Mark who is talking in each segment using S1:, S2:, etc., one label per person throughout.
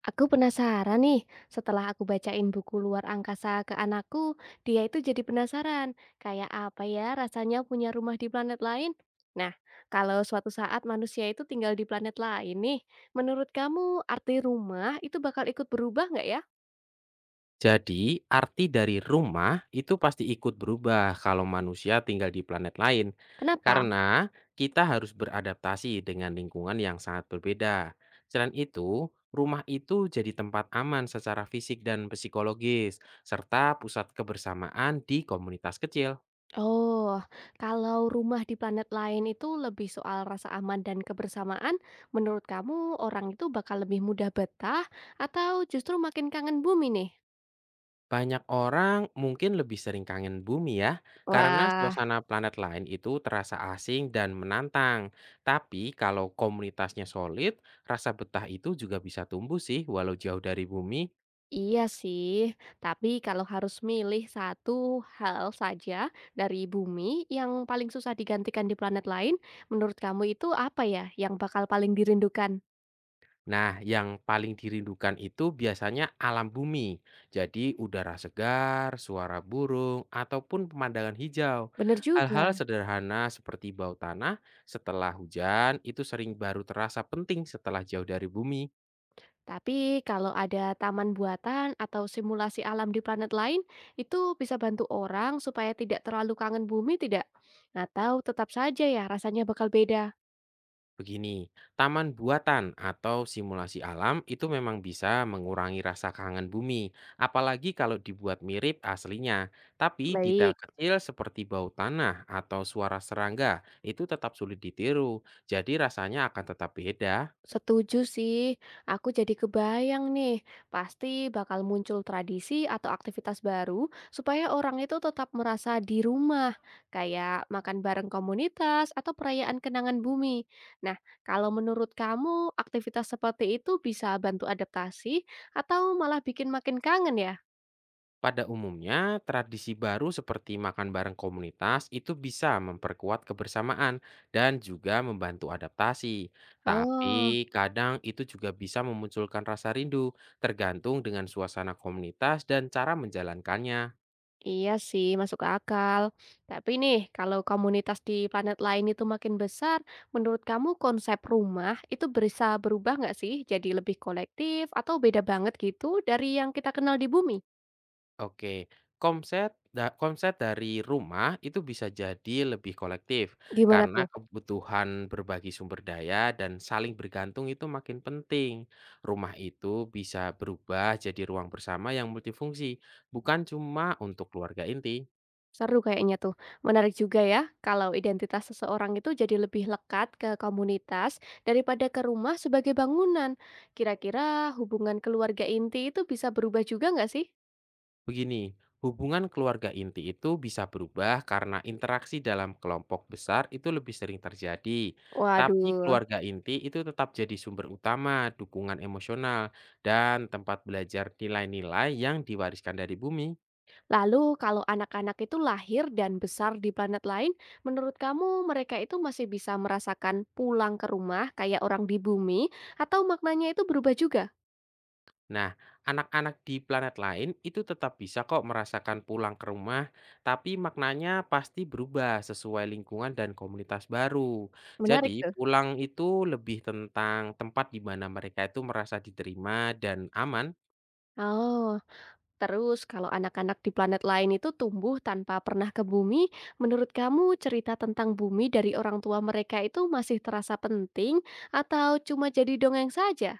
S1: Aku penasaran nih, setelah aku bacain buku luar angkasa ke anakku, dia itu jadi penasaran, kayak apa ya rasanya punya rumah di planet lain? Nah, kalau suatu saat manusia itu tinggal di planet lain nih, menurut kamu arti rumah itu bakal ikut berubah nggak ya?
S2: Jadi, arti dari rumah itu pasti ikut berubah kalau manusia tinggal di planet lain,
S1: Kenapa?
S2: karena kita harus beradaptasi dengan lingkungan yang sangat berbeda. Selain itu, rumah itu jadi tempat aman secara fisik dan psikologis, serta pusat kebersamaan di komunitas kecil.
S1: Oh, kalau rumah di planet lain itu lebih soal rasa aman dan kebersamaan, menurut kamu orang itu bakal lebih mudah betah atau justru makin kangen bumi nih?
S2: Banyak orang mungkin lebih sering kangen bumi ya, karena
S1: Wah.
S2: suasana planet lain itu terasa asing dan menantang. Tapi kalau komunitasnya solid, rasa betah itu juga bisa tumbuh sih walau jauh dari bumi.
S1: Iya sih, tapi kalau harus milih satu hal saja dari bumi yang paling susah digantikan di planet lain, menurut kamu itu apa ya yang bakal paling dirindukan?
S2: Nah, yang paling dirindukan itu biasanya alam bumi. Jadi udara segar, suara burung, ataupun pemandangan hijau.
S1: Bener juga.
S2: Hal-hal sederhana seperti bau tanah setelah hujan itu sering baru terasa penting setelah jauh dari bumi.
S1: Tapi kalau ada taman buatan atau simulasi alam di planet lain, itu bisa bantu orang supaya tidak terlalu kangen bumi tidak? Atau tetap saja ya rasanya bakal beda?
S2: Begini, taman buatan atau simulasi alam itu memang bisa mengurangi rasa kangen bumi, apalagi kalau dibuat mirip aslinya. Tapi detail
S1: Baik.
S2: kecil seperti bau tanah atau suara serangga itu tetap sulit ditiru, jadi rasanya akan tetap beda.
S1: Setuju sih, aku jadi kebayang nih, pasti bakal muncul tradisi atau aktivitas baru supaya orang itu tetap merasa di rumah, kayak makan bareng komunitas atau perayaan kenangan bumi. Nah, kalau menurut kamu aktivitas seperti itu bisa bantu adaptasi atau malah bikin makin kangen ya?
S2: Pada umumnya, tradisi baru seperti makan bareng komunitas itu bisa memperkuat kebersamaan dan juga membantu adaptasi.
S1: Oh.
S2: Tapi kadang itu juga bisa memunculkan rasa rindu, tergantung dengan suasana komunitas dan cara menjalankannya.
S1: Iya sih, masuk akal. Tapi nih, kalau komunitas di planet lain itu makin besar, menurut kamu konsep rumah itu bisa berubah nggak sih? Jadi lebih kolektif atau beda banget gitu dari yang kita kenal di bumi?
S2: Oke, konsep konsep dari rumah itu bisa jadi lebih kolektif
S1: Gimana
S2: karena
S1: tuh?
S2: kebutuhan berbagi sumber daya dan saling bergantung itu makin penting. Rumah itu bisa berubah jadi ruang bersama yang multifungsi, bukan cuma untuk keluarga inti.
S1: Seru kayaknya tuh. Menarik juga ya, kalau identitas seseorang itu jadi lebih lekat ke komunitas daripada ke rumah sebagai bangunan. Kira-kira hubungan keluarga inti itu bisa berubah juga nggak sih?
S2: Begini, hubungan keluarga inti itu bisa berubah karena interaksi dalam kelompok besar itu lebih sering terjadi. Tapi
S1: Waduh.
S2: keluarga inti itu tetap jadi sumber utama dukungan emosional dan tempat belajar nilai-nilai yang diwariskan dari bumi.
S1: Lalu, kalau anak-anak itu lahir dan besar di planet lain, menurut kamu mereka itu masih bisa merasakan pulang ke rumah kayak orang di bumi, atau maknanya itu berubah juga?
S2: Nah, anak-anak di planet lain itu tetap bisa kok merasakan pulang ke rumah, tapi maknanya pasti berubah sesuai lingkungan dan komunitas baru. Jadi,
S1: Menarik tuh.
S2: pulang itu lebih tentang tempat di mana mereka itu merasa diterima dan aman.
S1: Oh, terus kalau anak-anak di planet lain itu tumbuh tanpa pernah ke bumi, menurut kamu cerita tentang bumi dari orang tua mereka itu masih terasa penting atau cuma jadi dongeng saja?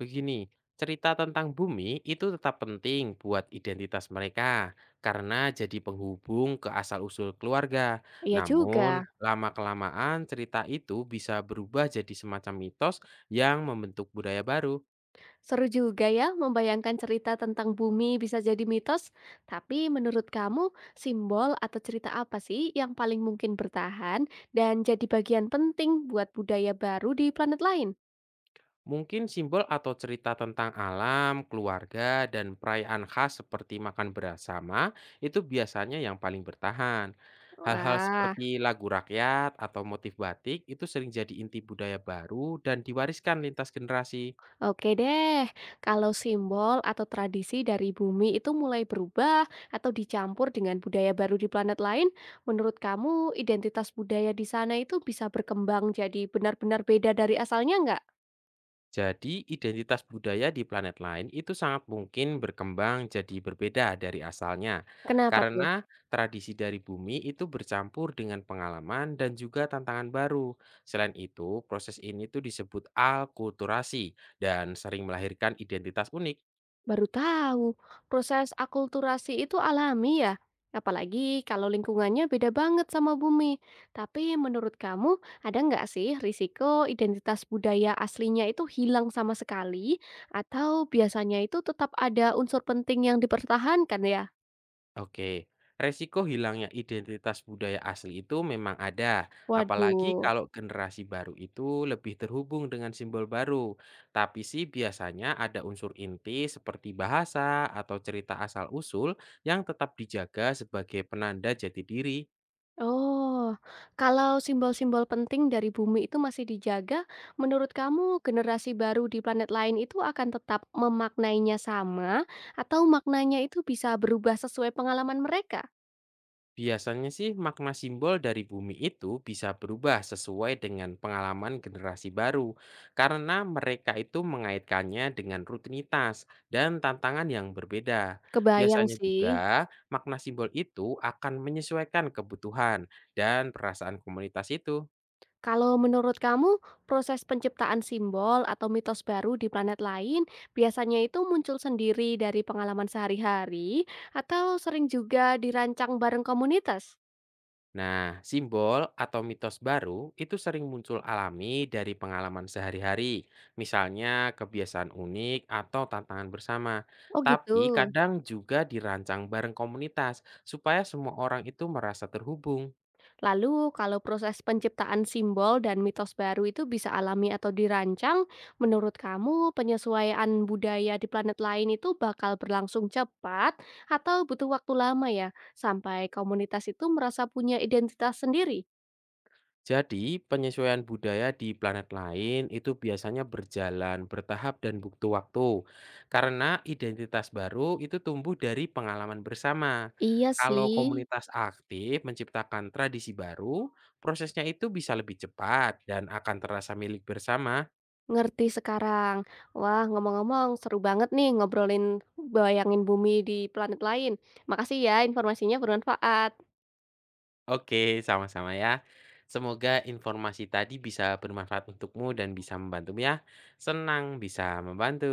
S2: Begini, cerita tentang bumi itu tetap penting buat identitas mereka karena jadi penghubung ke asal-usul keluarga.
S1: Iya juga.
S2: Namun, lama-kelamaan cerita itu bisa berubah jadi semacam mitos yang membentuk budaya baru.
S1: Seru juga ya membayangkan cerita tentang bumi bisa jadi mitos. Tapi menurut kamu, simbol atau cerita apa sih yang paling mungkin bertahan dan jadi bagian penting buat budaya baru di planet lain?
S2: Mungkin simbol atau cerita tentang alam, keluarga, dan perayaan khas seperti makan bersama itu biasanya yang paling bertahan. Hal-hal
S1: Wah,
S2: seperti lagu rakyat atau motif batik itu sering jadi inti budaya baru dan diwariskan lintas generasi.
S1: oke deh. Kalau simbol atau tradisi dari bumi itu mulai berubah atau dicampur dengan budaya baru di planet lain, menurut kamu identitas budaya di sana itu bisa berkembang jadi benar-benar beda dari asalnya nggak?
S2: Jadi, identitas budaya di planet lain itu sangat mungkin berkembang jadi berbeda dari asalnya,
S1: Kenapa tuh?
S2: karena tradisi dari bumi itu bercampur dengan pengalaman dan juga tantangan baru. Selain itu, proses ini tuh disebut alkulturasi dan sering melahirkan identitas unik.
S1: Baru tahu, proses akulturasi itu alami ya? Apalagi kalau lingkungannya beda banget sama bumi. Tapi menurut kamu, ada nggak sih risiko identitas budaya aslinya itu hilang sama sekali? Atau biasanya itu tetap ada unsur penting yang dipertahankan ya?
S2: Oke, resiko hilangnya identitas budaya asli itu memang ada, apalagi
S1: Waduh.
S2: kalau generasi baru itu lebih terhubung dengan simbol baru. Tapi sih biasanya ada unsur inti seperti bahasa atau cerita asal-usul yang tetap dijaga sebagai penanda jati diri.
S1: Oh, kalau simbol-simbol penting dari bumi itu masih dijaga, menurut kamu generasi baru di planet lain itu akan tetap memaknainya sama atau maknanya itu bisa berubah sesuai pengalaman mereka?
S2: Biasanya sih makna simbol dari bumi itu bisa berubah sesuai dengan pengalaman generasi baru karena mereka itu mengaitkannya dengan rutinitas dan tantangan yang berbeda.
S1: Kebayang
S2: Biasanya
S1: sih.
S2: juga makna simbol itu akan menyesuaikan kebutuhan dan perasaan komunitas itu.
S1: Kalau menurut kamu, proses penciptaan simbol atau mitos baru di planet lain biasanya itu muncul sendiri dari pengalaman sehari-hari atau sering juga dirancang bareng komunitas?
S2: Nah, simbol atau mitos baru itu sering muncul alami dari pengalaman sehari-hari, misalnya kebiasaan unik atau tantangan bersama.
S1: Oh gitu.
S2: Tapi kadang juga dirancang bareng komunitas supaya semua orang itu merasa terhubung.
S1: Lalu, kalau proses penciptaan simbol dan mitos baru itu bisa alami atau dirancang, menurut kamu penyesuaian budaya di planet lain itu bakal berlangsung cepat atau butuh waktu lama ya, sampai komunitas itu merasa punya identitas sendiri?
S2: Jadi, penyesuaian budaya di planet lain itu biasanya berjalan bertahap dan butuh waktu. Karena identitas baru itu tumbuh dari pengalaman bersama.
S1: Iya
S2: Kalau
S1: sih,
S2: komunitas aktif menciptakan tradisi baru, prosesnya itu bisa lebih cepat dan akan terasa milik bersama.
S1: ngerti sekarang. Wah, ngomong-ngomong seru banget nih ngobrolin bayangin bumi di planet lain. Makasih ya, informasinya bermanfaat.
S2: Oke, sama-sama ya. Semoga informasi tadi bisa bermanfaat untukmu dan bisa membantumu ya. Senang bisa membantu.